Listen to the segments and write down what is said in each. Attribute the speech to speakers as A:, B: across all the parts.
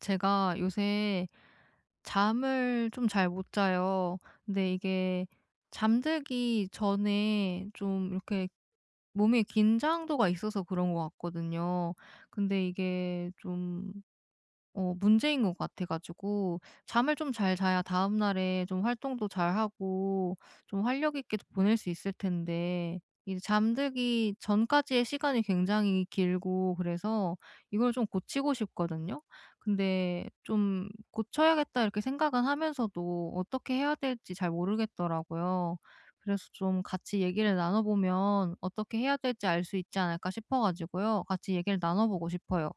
A: 제가 요새 잠을 좀 잘 못 자요. 근데 이게 잠들기 전에 좀 이렇게 몸에 긴장도가 있어서 그런 것 같거든요. 근데 이게 좀 문제인 것 같아 가지고 잠을 좀 잘 자야 다음 날에 좀 활동도 잘하고 좀 활력 있게 보낼 수 있을 텐데 이 잠들기 전까지의 시간이 굉장히 길고 그래서 이걸 좀 고치고 싶거든요. 근데 좀 '고쳐야겠다.' 이렇게 생각은 하면서도 어떻게 해야 될지 잘 모르겠더라고요. 그래서 좀 같이 얘기를 나눠 보면 어떻게 해야 될지 알 수 있지 않을까 싶어 가지고요. 같이 얘기를 나눠 보고 싶어요.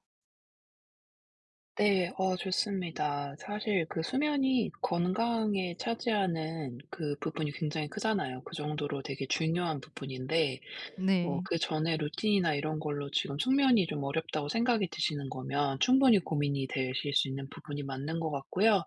B: 네. 좋습니다. 사실 그 수면이 건강에 차지하는 그 부분이 굉장히 크잖아요. 그 정도로 되게 중요한 부분인데
A: 네.
B: 그전에 루틴이나 이런 걸로 지금 숙면이 좀 어렵다고 생각이 드시는 거면 충분히 고민이 되실 수 있는 부분이 맞는 것 같고요.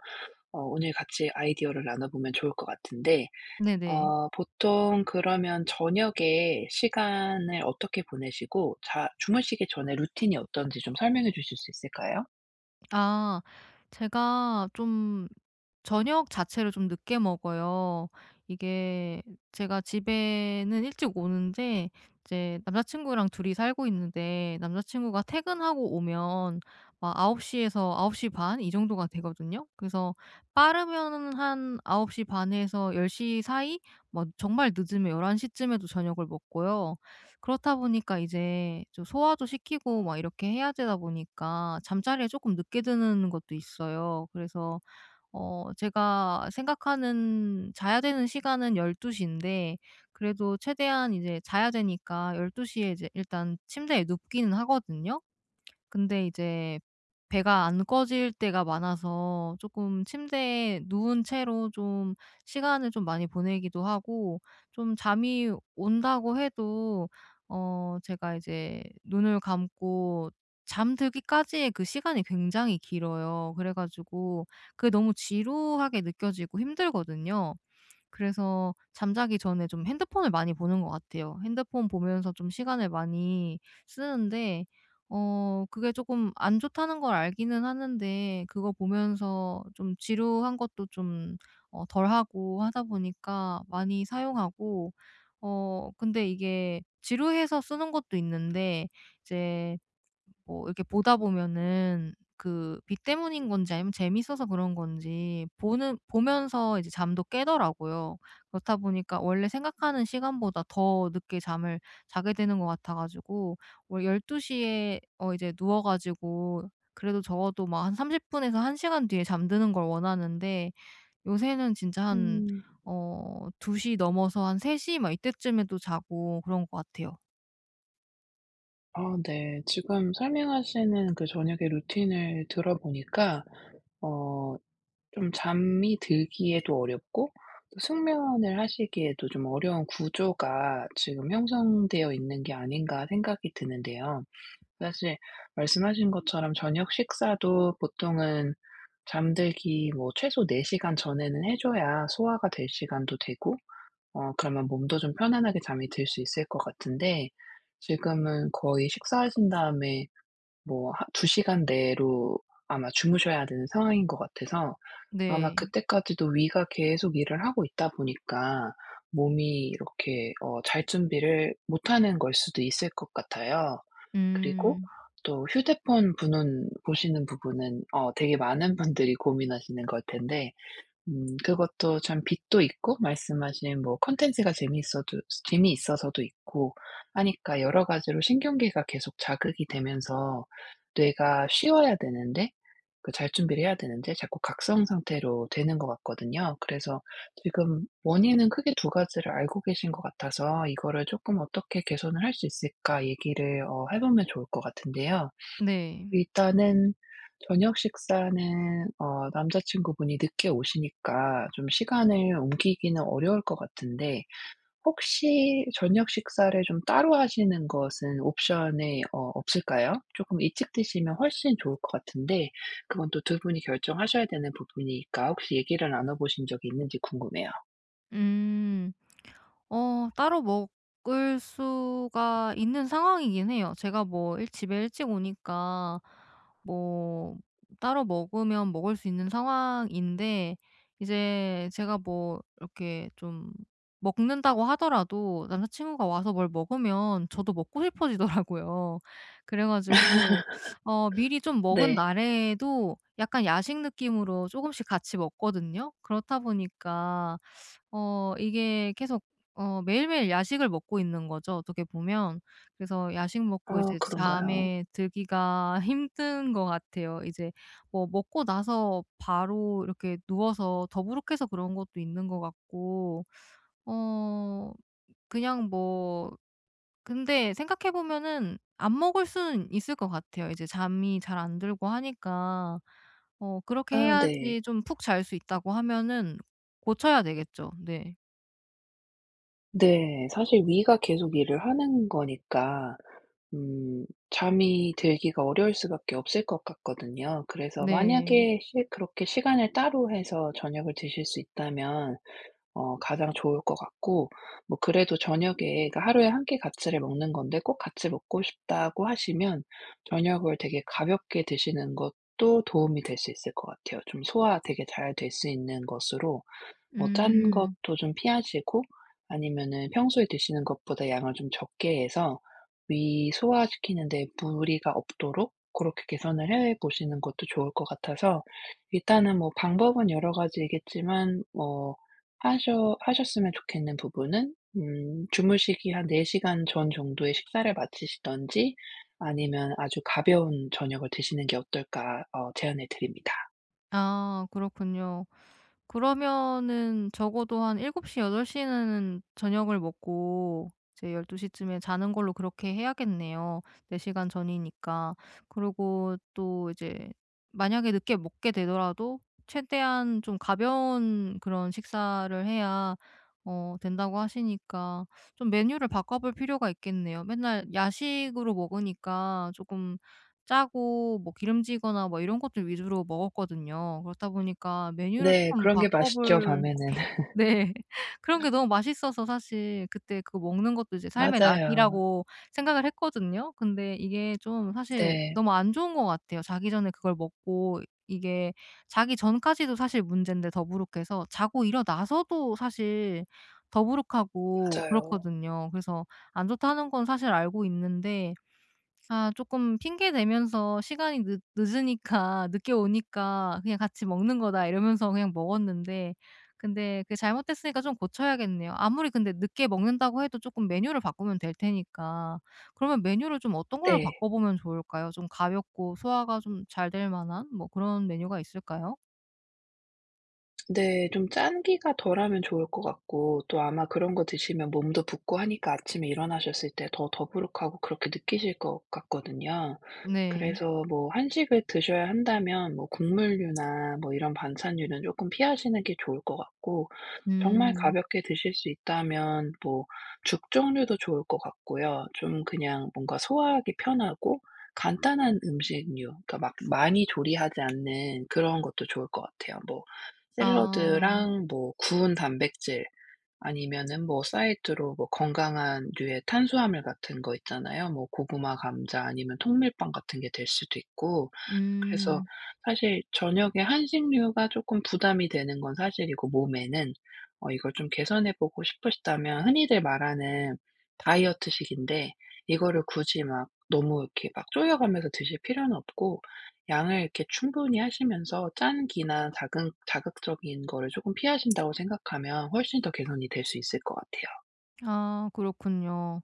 B: 오늘 같이 아이디어를 나눠보면 좋을 것 같은데
A: 네네.
B: 보통 그러면 저녁에 시간을 어떻게 보내시고 자 주무시기 전에 루틴이 어떤지 좀 설명해 주실 수 있을까요?
A: 아. 제가 좀 저녁 자체를 좀 늦게 먹어요. 이게 제가 집에는 일찍 오는데, 이제 남자친구랑 둘이 살고 있는데, 남자친구가 퇴근하고 오면 막9홉시에서9시반 이 정도가 되거든요. 그래서 빠르면 한아9시반에서1 0 사이, 뭐 정말 늦으면 11시쯤에도 저녁을 먹고요. 그렇다 보니까 이제 좀 소화도 시키고 막 이렇게 해야 되다 보니까 잠자리에 조금 늦게 드는 것도 있어요. 그래서 제가 생각하는 자야 되는 시간은 12시 인데, 그래도 최대한 이제 자야 되니까 12시에 이제 일단 침대에 눕기는 하거든요. 근데 이제 배가 안 꺼질 때가 많아서 조금 침대에 누운 채로 좀 시간을 좀 많이 보내기도 하고, 좀 잠이 온다고 해도 제가 이제 눈을 감고 잠들기까지의 그 시간이 굉장히 길어요. 그래 가지고 그게 너무 지루하게 느껴지고 힘들거든요. 그래서 잠자기 전에 좀 핸드폰을 많이 보는 것 같아요. 핸드폰 보면서 좀 시간을 많이 쓰는데, 그게 조금 안 좋다는 걸 알기는 하는데 그거 보면서 좀 지루한 것도 좀 덜하고 하다 보니까 많이 사용하고, 근데 이게 지루해서 쓰는 것도 있는데, 이제 뭐 이렇게 보다 보면은 그 빛 때문인 건지 아니면 재미있어서 그런 건지 보는 보면서 이제 잠도 깨더라고요. 그렇다 보니까 원래 생각하는 시간보다 더 늦게 잠을 자게 되는 것 같아 가지고, 원래 12시에 이제 누워 가지고 그래도 적어도 막 한 30분 분에서 1시간 시간 뒤에 잠드는 걸 원하는데, 요새는 진짜 한
B: 음.
A: 어2시 넘어서 한3시막 이때쯤에도 자고 그런 것 같아요.
B: 아 네. 지금 설명하시는 그 저녁의 루틴을 들어보니까 어 좀 잠이 들기에도 어렵고 또 숙면을 하시기에도 좀 어려운 구조가 지금 형성되어 있는 게 아닌가 생각이 드는데요. 사실 말씀하신 것처럼 저녁 식사도 보통은 잠들기 뭐 최소 4시간 시간 전에는 해 줘야 소화가 될 시간도 되고 그러면 몸도 좀 편안하게 잠이 들 수 있을 것 같은데, 지금은 거의 식사하신 다음에 뭐 하 2시간 시간 내로 아마 주무셔야 되는 상황인 것 같아서, 아마
A: 네.
B: 그때까지도 위가 계속 일을 하고 있다 보니까 몸이 이렇게 잘 준비를 못하는 걸 수도 있을 것 같아요. 그리고
A: 음.
B: 또 휴대폰 보는 보시는 부분은 되게 많은 분들이 고민하시는 걸 텐데, 그것도 참 빛도 있고 말씀하신 뭐 콘텐츠가 재미있어도 재미있어서도 있고 하니까 여러 가지로 신경계가 계속 자극이 되면서 뇌가 쉬어야 되는데, 그 잘 준비를 해야 되는데 자꾸 각성 상태로 되는 것 같거든요. 그래서 지금 원인은 크게 두 가지를 알고 계신 것 같아서, 이거를 조금 어떻게 개선을 할 수 있을까 얘기를 해 보면 좋을 것 같은데요.
A: 네.
B: 일단은 저녁 식사는 남자친구분이 늦게 오시니까 좀 시간을 옮기기는 어려울 것 같은데, 혹시 저녁 식사를 좀 따로 하시는 것은 옵션에 없을까요? 조금 일찍 드시면 훨씬 좋을 것 같은데, 그건 또 두 분이 결정하셔야 되는 부분이니까 혹시 얘기를 나눠 보신 적이 있는지 궁금해요.
A: 음. 따로 먹을 수가 있는 상황이긴 해요. 제가 뭐 일 집에 일찍 오니까 뭐 따로 먹으면 먹을 수 있는 상황인데, 이제 제가 뭐 이렇게 좀 먹는다고 하더라도 남자친구가 와서 뭘 먹으면 저도 먹고 싶어지더라고요. 그래 가지고 미리 좀 먹은
B: 네.
A: 날에도 약간 야식 느낌으로 조금씩 같이 먹거든요. 그렇다 보니까 이게 계속 매일매일 야식을 먹고 있는 거죠, 어떻게 보면. 그래서 야식 먹고
B: 아
A: 이제
B: 그런가요?
A: 잠에 들기가 힘든 것 같아요. 이제 뭐 먹고 나서 바로 이렇게 누워서 더부룩해서 그런 것도 있는 것 같고, 어 그냥 뭐, 근데 생각해 보면은 안 먹을 수는 있을 것 같아요. 이제 잠이 잘 안 들고 하니까, 그렇게
B: 아 네.
A: 해야지 좀 푹 잘 수 있다고 하면은 고쳐야 되겠죠. 네.
B: 네. 사실 위가 계속 일을 하는 거니까 음 잠이 들기가 어려울 수밖에 없을 것 같거든요. 그래서
A: 네.
B: 만약에 시 그렇게 시간을 따로 해서 저녁을 드실 수 있다면 가장 좋을 것 같고, 뭐 그래도 저녁에, 그러니까 하루에 한 끼 같이를 먹는 건데 꼭 같이 먹고 싶다고 하시면 저녁을 되게 가볍게 드시는 것도 도움이 될 수 있을 것 같아요. 좀 소화 되게 잘 될 수 있는 것으로, 뭐 짠
A: 음.
B: 것도 좀 피하시고, 아니면은 평소에 드시는 것보다 양을 좀 적게 해서 위 소화시키는 데 무리가 없도록 그렇게 개선을 해 보시는 것도 좋을 것 같아서, 일단은 뭐 방법은 여러 가지겠지만 뭐 하셔 하셨으면 좋겠는 부분은, 주무시기 한 4시간 시간 전 정도에 식사를 마치시든지 아니면 아주 가벼운 저녁을 드시는 게 어떨까 제안을 드립니다.
A: 아, 그렇군요. 그러면은 적어도 한7곱시8덟시는 저녁을 먹고 이제 12시 쯤에 자는 걸로 그렇게 해야겠네요, 4시간 시간 전이니까. 그리고 또 이제 만약에 늦게 먹게 되더라도 최대한 좀 가벼운 그런 식사를 해야 된다고 하시니까, 좀 메뉴를 바꿔 볼 필요가 있겠네요. 맨날 야식으로 먹으니까 조금 짜고 뭐 기름지거나 뭐 이런 것들 위주로 먹었거든요. 그렇다 보니까 메뉴를
B: 네.
A: 쪼끔
B: 그런 게 맛있죠,
A: 바꿔볼.
B: 밤에는.
A: 네. 그런 게 너무 맛있어서 사실 그때 그거 먹는 것도 이제 삶의
B: 맞아요.
A: 낙이라고 생각을 했거든요. 근데 이게 좀 사실
B: 네.
A: 너무 안 좋은 것 같아요. 자기 전에 그걸 먹고, 이게 자기 전까지도 사실 문젠데 더부룩해서, 자고 일어나서도 사실 더부룩하고
B: 맞아요.
A: 그렇거든요. 그래서 안 좋다는 건 사실 알고 있는데, 아 조금 핑계 대면서 시간이 늦 늦으니까, 늦게 오니까 "그냥 같이 먹는 거다." 이러면서 그냥 먹었는데, 근데 그게 잘못됐으니까 좀 고쳐야겠네요. 아무리 근데 늦게 먹는다고 해도 조금 메뉴를 바꾸면 될 테니까. 그러면 메뉴를 좀 어떤 걸로
B: 네.
A: 바꿔보면 좋을까요? 좀 가볍고 소화가 좀 잘 될 만한 뭐 그런 메뉴가 있을까요?
B: 네. 좀 짠 기가 덜하면 좋을 것 같고, 또 아마 그런 거 드시면 몸도 붓고 하니까 아침에 일어나셨을 때 더 더부룩하고 그렇게 느끼실 것 같거든요.
A: 네.
B: 그래서 뭐 한식을 드셔야 한다면 뭐 국물류나 뭐 이런 반찬류는 조금 피하시는 게 좋을 것 같고, 정말
A: 음.
B: 가볍게 드실 수 있다면 뭐 죽 종류도 좋을 것 같고요. 좀 그냥 뭔가 소화하기 편하고 간단한 음식류, 그러니까 막 많이 조리하지 않는 그런 것도 좋을 것 같아요. 뭐
A: 아.
B: 샐러드랑 뭐 구운 단백질, 아니면은 뭐 사이드로 뭐 건강한 류의 탄수화물 같은 거 있잖아요. 뭐 고구마, 감자 아니면 통밀빵 같은 게 될 수도 있고. 그래서
A: 음.
B: 사실 저녁에 한식류가 쪼끔 부담이 되는 건 사실이고, 몸에는 이걸 좀 개선해 보고 싶으시다면 흔히들 말하는 다이어트식인데, 이거를 굳이 막 너무 이렇게 막 쪼여가면서 드실 필요는 없고, 양을 이렇게 충분히 하시면서 짠 기나 자극적인 거를 조금 피하신다고 생각하면 훨씬 더 개선이 될 수 있을 것 같아요.
A: 아, 그렇군요.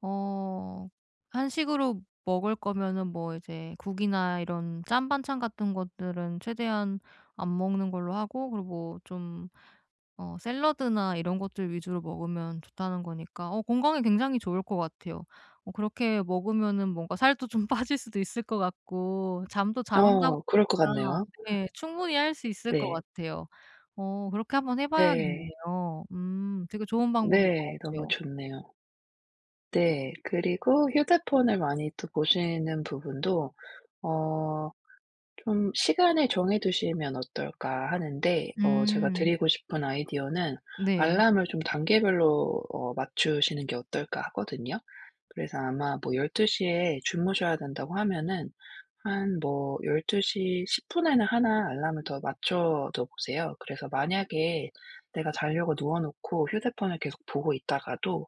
A: 어 한식으로 먹을 거면은 뭐 이제 국이나 이런 짠 반찬 같은 것들은 최대한 안 먹는 걸로 하고, 그리고 뭐 좀 샐러드나 이런 것들 위주로 먹으면 좋다는 거니까, 건강에 굉장히 좋을 것 같아요. 그렇게 먹으면은 뭔가 살도 좀 빠질 수도 있을 것 같고, 잠도 잘 온다고
B: 그럴 것
A: 하니까
B: 같네요.
A: 네 충분히 할 수 있을 것
B: 네.
A: 같아요. 그렇게 한번 해
B: 네.
A: 봐야겠네요. 되게 좋은 방법인 것
B: 네. 너무
A: 같아요.
B: 좋네요. 네. 그리고 휴대폰을 많이 또 보시는 부분도 어 좀 시간을 정해 두시면 어떨까 하는데, 제가
A: 음.
B: 드리고 싶은 아이디어는
A: 네.
B: 알람을 좀 단계별로 맞추시는 게 어떨까 하거든요. 그래서 아마 뭐 12시에 주무셔야 된다고 하면은, 한 뭐 12:10 분에는 하나 알람을 더 맞춰 둬 보세요. 그래서 만약에 내가 자려고 누워 놓고 휴대폰을 계속 보고 있다가도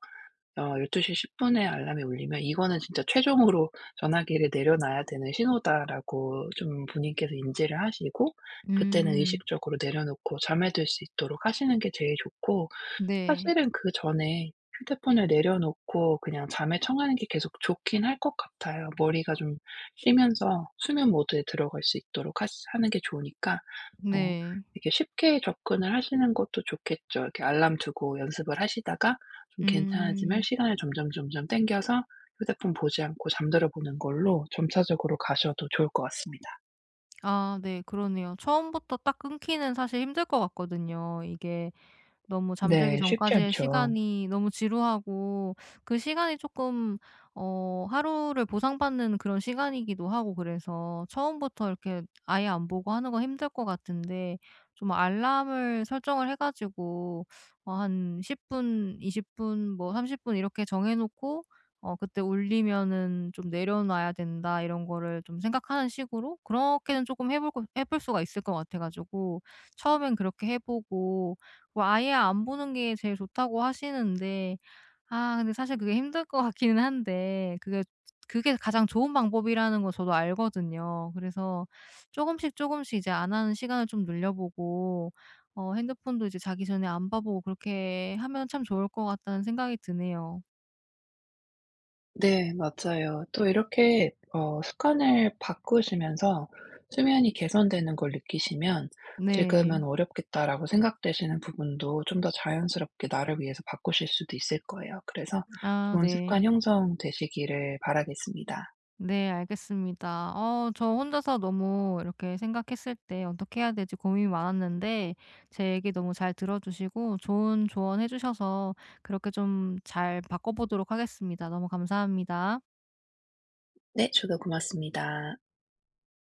B: 12:10 에 알람이 울리면 '이거는 진짜 최종으로 전화기를 내려놔야 되는 신호다.'라고 좀 본인께서 인지를 하시고, 그때는
A: 음.
B: 의식적으로 내려놓고 잠에 들 수 있도록 하시는 게 제일 좋고,
A: 네.
B: 사실은 그 전에 휴대폰을 내려놓고 그냥 잠에 청하는 게 계속 좋긴 할 것 같아요. 머리가 좀 쉬면서 수면 모드에 들어갈 수 있도록 하 하는 게 좋으니까, 뭐
A: 네.
B: 이렇게 쉽게 접근을 하시는 것도 좋겠죠. 이렇게 알람 두고 연습을 하시다가 좀 괜찮아지면
A: 음.
B: 시간을 점점점점 당겨서 휴대폰 보지 않고 잠들어 보는 걸로 점차적으로 가셔도 좋을 것 같습니다.
A: 아네 그러네요. 처음부터 딱 끊기는 사실 힘들 것 같거든요. 이게 너무 잠들기
B: 네. 쉽지
A: 전까지의
B: 않죠.
A: 시간이 너무 지루하고, 그 시간이 조금 하루를 보상받는 그런 시간이기도 하고, 그래서 처음부터 이렇게 아예 안 보고 하는 건 힘들 것 같은데, 좀 알람을 설정을 해 가지고 한 10분 분, 20분 분, 뭐 30분 이렇게 정해 놓고 그때 울리면은 좀 내려놔야 된다 이런 거를 좀 생각하는 식으로 그렇게는 조금 해볼해볼 수가 있을 것 같아 가지고, 처음엔 그렇게 해 보고, 뭐 아예 안 보는 게 제일 좋다고 하시는데, 아 근데 사실 그게 힘들 것 같기는 한데, 그게 가장 좋은 방법이라는 거 저도 알거든요. 그래서 조금씩 조금씩 이제 안 하는 시간을 좀 늘려 보고, 핸드폰도 이제 자기 전에 안 봐 보고, 그렇게 하면 참 좋을 것 같다는 생각이 드네요.
B: 네 맞아요. 또 이렇게 습관을 바꾸시면서 수면이 개선되는 걸 느끼시면
A: 네.
B: '지금은 어렵겠다.'라고 생각되시는 부분도 좀 더 자연스럽게 나를 위해서 바꾸실 수도 있을 거예요. 그래서
A: 아
B: 좋은
A: 네.
B: 습관 형성 되시기를 바라겠습니다.
A: 네, 알겠습니다. 저 혼자서 너무 이렇게 생각했을 때 어떻게 해야 될지 고민이 많았는데, 제 얘기 너무 잘 들어 주시고 좋은 조언해 주셔서 그렇게 좀 잘 바꿔 보도록 하겠습니다. 너무 감사합니다.
B: 네 저도 고맙습니다.